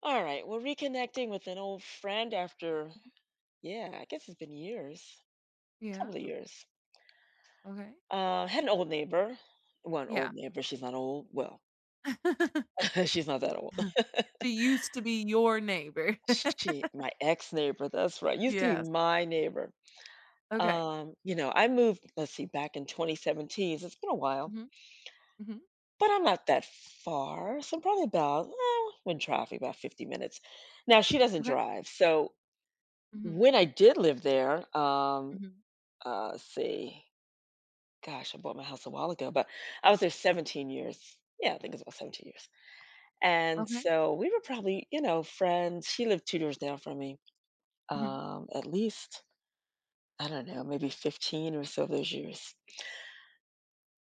All right, we're reconnecting with an old friend after, yeah, I guess it's been years, a Yeah, couple of years. okay. Had an old neighbor. Well, an Yeah. old neighbor. She's not old. Well, she's not that old. She used to be your neighbor. She, my ex neighbor. That's right. Used to be Yes, my neighbor. okay. I moved. Let's see, back in 2017. So it's been a while, Mhm, mhm, but I'm not that far. So probably about when traffic about 50 minutes. Now she doesn't okay. drive, so Mhm, when I did live there, mhm, let's see. Gosh, I bought my house a while ago, but I was there 17 years. Yeah, I think it's about 17 years. And okay. so we were probably, you know, friends. She lived two doors down from me. Mhm, At least, I don't know, maybe 15 or so of those years.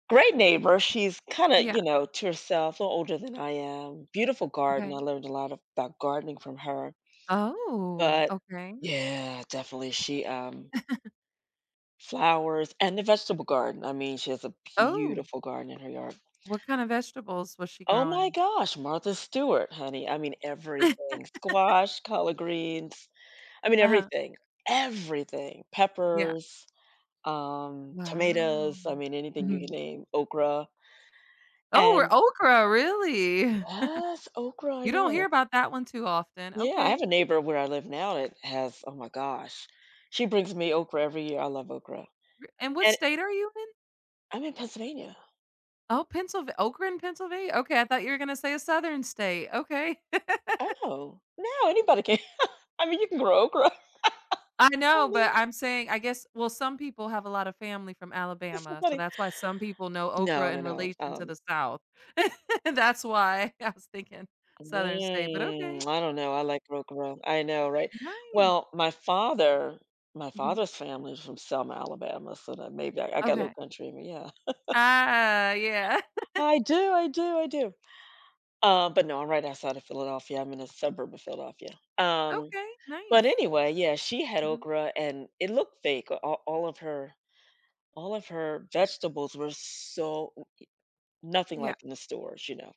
Great neighbor. She's kind of, you yeah, know, to herself, a little older than I am. Beautiful garden. I okay. learned a lot of, about gardening from her. Oh, But okay. yeah, definitely. She flowers and the vegetable garden. I mean, she has a Oh, beautiful garden in her yard. what kind of vegetables was she Oh my growing? gosh, Martha Stewart, honey. I mean, everything. Squash, collard greens. I mean, Uh-huh, everything. Everything. yeah. Peppers, Wow. tomatoes. I mean, anything you can Mhm. name. Okra. Oh, And are okra, really? yes, okra. I You don't hear know. about that one too often, Yeah, I have a okay. neighbor where I live now that has. Oh my gosh, she brings me okra every year. I love okra. R and What And state are you in? I'm in Pennsylvania. Oh, Pennsylv Okren, Pennsylvania? Okay, I thought you were gonna say a southern state, okay. Oh no, anybody can. I mean, you can grow okra. I know, but Oh, I'm saying, I guess, well, some people have a lot of family from that's so Alabama, so funny. that's why some people know No, okra no, in no. relation to the South. That's why I was thinking southern state, but okay. mm, I don't know. I like Roquefort. I know, right? Nice. Well, my father, my Mhm. father's family is from Selma, Alabama, so that maybe I got a little Okay. country in me. Yeah, Ah, yeah. I do, I do, I do. But no, I'm right outside of Philadelphia. I'm in a suburb of Philadelphia. Um, Okay, but nice. anyway, yeah, she had Mhm. okra, and it looked fake. All of her vegetables were so nothing Yeah. like in the stores. You know,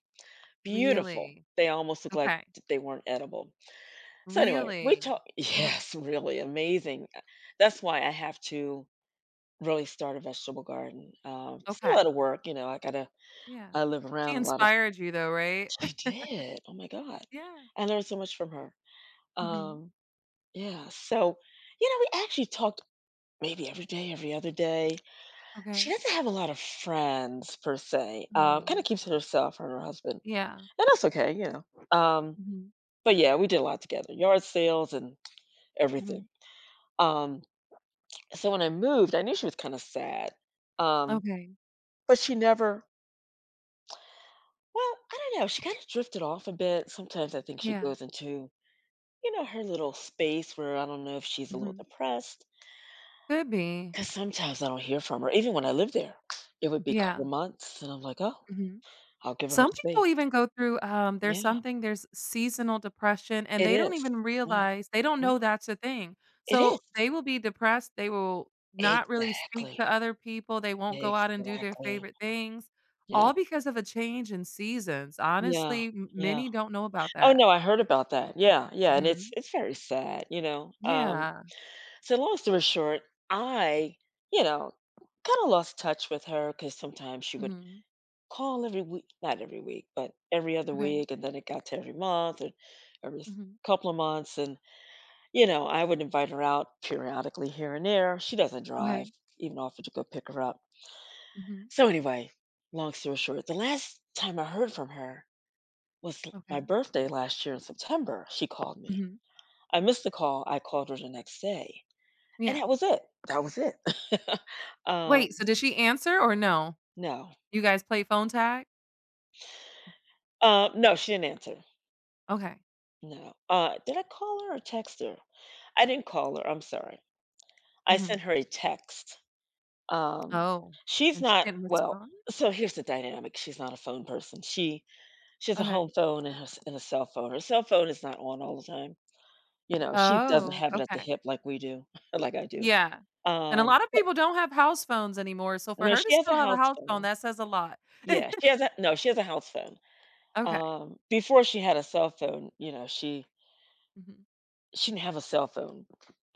beautiful. Really? They almost look like Okay. they weren't edible. So anyway, we Really? talk Uh-huh. yes, really amazing. That's why I have to really start a vegetable garden. It's a lot Okay. of work, you know. I gotta Yeah. I live She around a lot of inspired you though, right? she did. Oh my God. Yeah. I learned so much from her. Mhm. Um, yeah. So, you know, we actually talked maybe every day, every other day. She Okay. doesn't have a lot of friends per se. Oh, Kind of keeps to herself, her and her husband. yeah. And that's okay, you know. Um, Mhm, but yeah, we did a lot together. Yard sales and everything. mhm. Um So when I moved, I knew she was kind of sad, um, Okay, but she never well, I don't know, she kind of drifted off a bit. Sometimes I think she yeah, goes into, you know, her little space where I don't know if she's a little mhm. depressed Could be. because sometimes I don't hear from her. Even when I lived there, it would be a Yeah, couple months, and I'm like, "Oh, mhm. I'll give her her Some space." people even go through, um, Yeah, there's seasonal depression, and it they don't is. even Yeah, realize, they don't yeah. know that's a thing. It is. So, they will be depressed, they will not really speak Exactly, to other people, they won't go out and do their exactly. favorite things, Yeah, all because of a change in seasons. yeah, Honestly, m yeah. many don't know about Oh, that. no, I heard about that. Yeah, yeah, and it's Mhm. it's very sad, you know. Yeah. So long story short, I, you know, kind of lost touch with her because sometimes she would Mhm. call every week, not every week, but every other Okay. week, and then it got to every month and every s- Mhm. couple of months, and you know, I would invite her out periodically here and there. She doesn't drive, Okay. even offered to go pick her up. Mhm. So anyway, long story short, the last time I heard from her was my Okay. birthday last year in September. She called me. Mhm. I missed the call. I called her the next day. And Yeah. that was it. That was it. Wait, Um, so did she answer or no? no. You guys play phone tag? No, she didn't answer. Okay. No. Did I call her or text her? I didn't call her. I'm sorry. I sent Mhm. her a text. Um, Oh, she's and she not didn't well. respond? So here's the dynamic. She's not a phone person. She has a Okay. home phone and, her, and a cell phone. Her cell phone is not on all the time. You know, she doesn't Oh, have it at the okay. hip like we do, like I do. Yeah. And a lot of But people don't have house phones anymore, so for no, her to she has a still have a house house phone, phone. that says a lot. Yeah, she has a no. She has a house phone. Okay. Before she had a cell phone, you know, she Mhm. she didn't have a cell phone.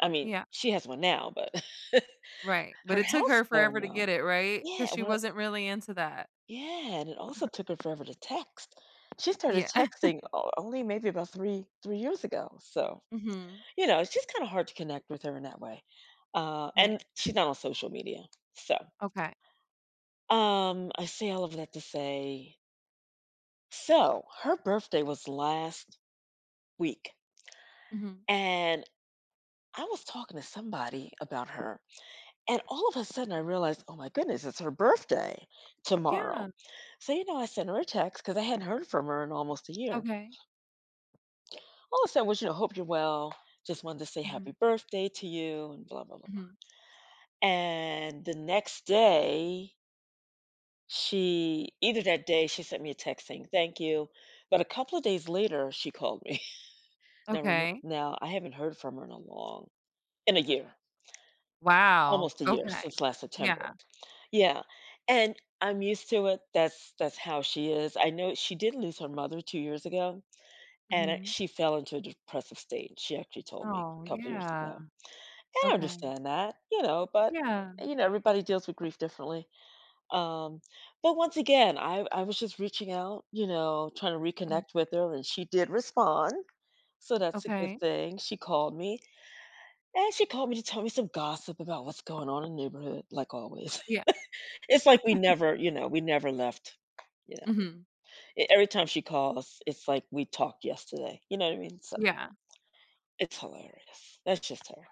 I mean, Yeah. she has one now, but Right. But her it took house her phone forever to get now. it, right, because Yeah, she well, wasn't really into that. yeah, and it also took her forever to text. She started Yeah. texting only maybe about three years ago. So, Mhm. you know, it's just kind of hard to connect with her in that way. Right. And she's not on social media. So, Okay. I say all of that to say, so her birthday was last week, Mhm. and I was talking to somebody about her, and all of a sudden I realized, oh my goodness, it's her birthday tomorrow. Yeah. So, you know, I sent her a text because I hadn't heard from her in almost a year. Okay. All of a sudden, was, you know, hope you're well. Just wanted to say happy Mhm. birthday to you and blah, blah, blah, Mhm. blah. And the next day, she, either that day, she sent me a text saying thank you. But a couple of days later, she called me. Now, Okay. now I haven't heard from her in a long, in a year, Wow, almost a year okay. since last September. Yeah. Yeah, and I'm used to it. That's how she is. I know she did lose her mother 2 years ago, and, Mhm. she fell into a depressive state. She actually told me Oh, a couple of years ago. yeah, And I okay. understand that, you know, but, Yeah. you know, everybody deals with grief differently. Um, but once again, I was just reaching out, you know, trying to Mhm. reconnect with her, and she did respond, so that's a good Okay. thing. She called me, and she called me to tell me some gossip about what's going on in the neighborhood, like always. Yeah. It's like we never, you know, we never left, you know. Mhm. E every time she calls, it's like we talked yesterday, you know what I mean? So, Yeah. it's hilarious. That's just her.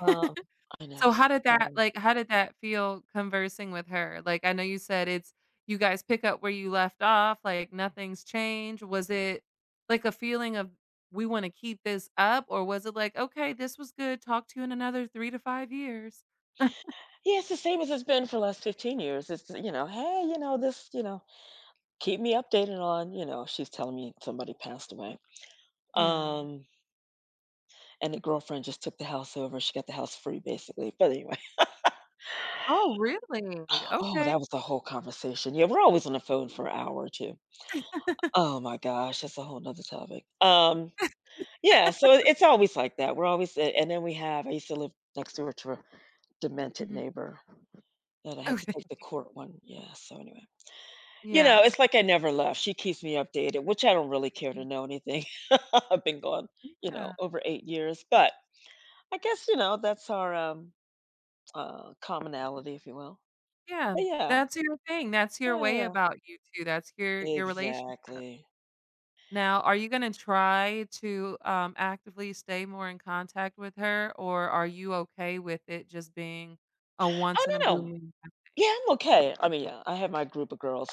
Um, I know. So, how did that, So like, how did that feel conversing with her? Like, I know you said it's, you guys pick up where you left off, like, nothing's changed. Was it, like, a feeling of, "We wanna keep this up," or was it like, "Okay, this was good. Talk to you in another 3 to 5 years?" yeah, it's the same as it's been for the last 15 years. It's, you know, "Hey, you know, this, you know, keep me updated on" you know, she's telling me somebody passed away. Yeah. Um, and the girlfriend just took the house over. She got the house free basically, but anyway. Oh, really? Oh, Okay. that was a whole conversation. Yeah, we're always on the phone for an hour or 2. Oh my gosh, that's a whole 'nother topic. Yeah, so it's always like that. We're always a and then we have I used to live next door to a demented Mhm. neighbor that I had to Okay. take the court one yeah, so anyway. You know, Yeah. it's like I never left. She keeps me updated, which I don't really care to know anything. I've been gone, you know, over 8 years, but I guess, you know, that's our, commonality, if you will. Yeah, But yeah. that's your thing, that's your Yeah, way yeah. about you two, that's your relationship. Exactly. Now, are you gonna try to, actively stay more in contact with her, or are you okay with it just being a Oh, once in a no, blue no. moon type Yeah, thing? I'm okay. I mean, yeah, I have my group of girls.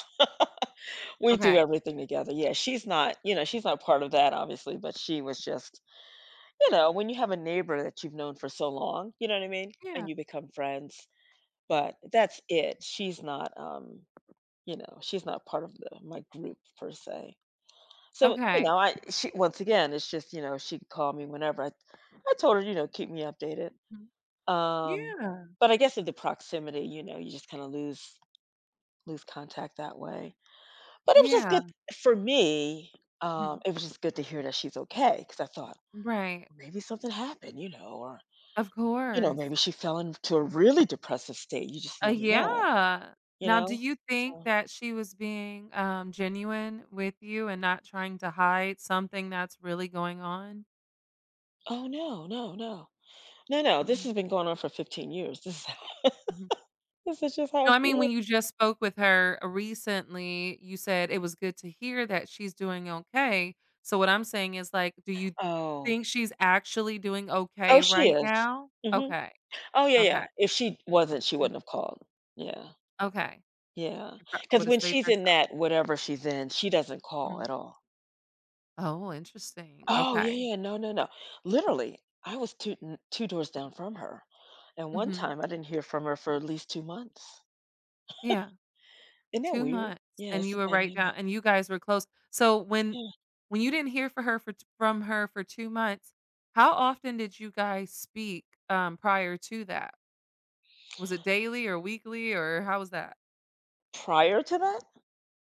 We do Okay. everything together. Yeah, she's not, you know, she's not part of that obviously, but she was just, you know, when you have a neighbor that you've known for so long, you know what I mean? Yeah, And you become friends, but that's it. She's not, you know, she's not part of the my group per se. So, you okay. know, I she once again, it's just, you know, she could call me whenever. I told her, you know, keep me updated. Mhm. Um, Yeah, but I guess of the proximity, you know, you just kind of lose contact that way. But it was just yeah. good for me. Mhm. It was just good to hear that she's okay because I thought Right. maybe something happened, you know, or Of you know, course. maybe she fell into a really depressive state. You just never know, Yeah. you Now, do know. you think So, that she was being, genuine with you and not trying to hide something that's really going on? oh no, no, no, no, no. This Mhm. has been going on for 15 years. This is Mhm. this is just how No, she I mean, is. when you just spoke with her, recently, you said it was good to hear that she's doing okay. So what I'm saying is, like, do you Oh, think she's actually doing oh, okay she right is. now? Hmm. Okay, Oh yeah, okay, yeah. If she wasn't, she wouldn't mm, have called. Yeah, okay. yeah. She prob Because would've when stayed to she's in herself. that whatever she's in, she doesn't call Mhm. at all. Oh, interesting. Oh yeah, Okay. yeah, no, no, no. Literally, I was two doors down from her, and one Mhm. time I didn't hear from her for at least 2 months. Yeah, Isn't that 2 weird? months, Yeah, and it's you a were right dynamic. down and you guys were close. So, when Yeah. when you didn't hear for her for t from her for 2 months, how often did you guys speak, prior to that? Was it daily or weekly or how was that? Prior to that,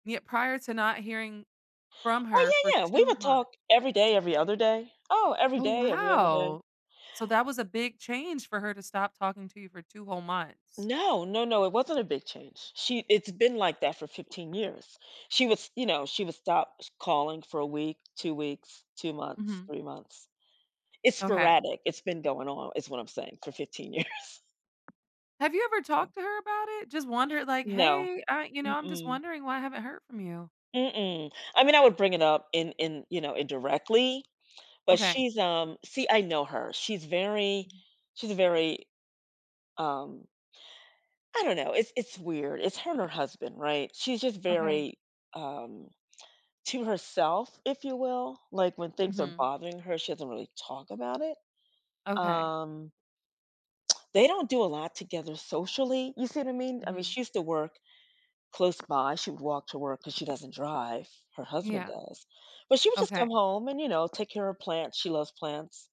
Yet prior to not hearing from her oh for yeah, yeah, we 2 would months. talk every day, every other day. Oh, every Oh, day, every other day. wow. So that was a big change for her to stop talking to you for 2 whole months. No, no, no, it wasn't a big change. She, it's been like that for 15 years. She was, you know, she would stop calling for a week, 2 weeks, 2 months, Mhm. 3 months. It's Okay. sporadic. It's been going on, is what I'm saying, for 15 years. Have you ever talked to her about it? Just wondered like, No. "Hey, I'm just Mm-mm. wondering why I haven't heard from you." Mm-mm. I mean, I would bring it up in, you know, indirectly, but Okay. she's, see, I know her. She's very, um I don't know, it's weird. It's her and her husband, right? She's just Okay. very, um, to herself, if you will. Like, when things are Mhm. bothering her, she doesn't really talk about it. Okay. Um, they don't do a lot together socially, you see what I mean? I mean, Mhm. she used to work close by. She would walk to work because she doesn't drive. Her husband Yeah. does. But she would just Okay. come home and, you know, take care of plants. She loves plants.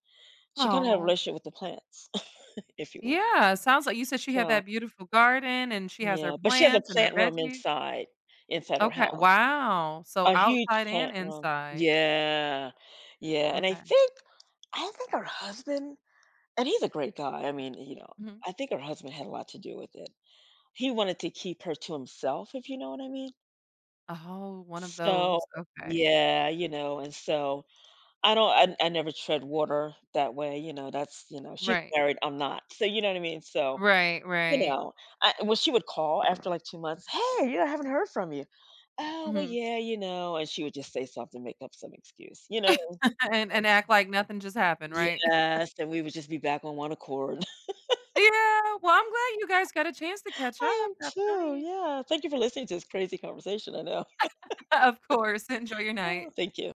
She kind of had a Oh. relationship with the plants, if you will. Yeah, sounds like, you said she had So, that beautiful garden and she has her yeah. But she has a plants and her plant room veggies. inside, inside her Okay, house, wow. So a huge outside and plant room. inside. Yeah. Yeah. And Okay. I think her husband, and he's a great guy. I mean, you know, Mhm. I think her husband had a lot to do with it. He wanted to keep her to himself, if you know what I mean. Oh, one of So those, okay. yeah, you know, and so I don't I never tread water that way, you know, that's you know, she's Right. married, I'm not. So you know what I mean? So, Right, you right. know, I well, she would call after like 2 months, "Hey, you know, I haven't heard from you." "Oh, well, Mhm. yeah, you know," and she would just say something, make up some excuse, you know? And act like nothing just happened, right? Yes, and we would just be back on one accord. Yeah, well, I'm glad you guys got a chance to catch I up, am that's too, nice. yeah. Thank you for listening to this crazy conversation, I know. Of course, enjoy your Oh, night. thank you.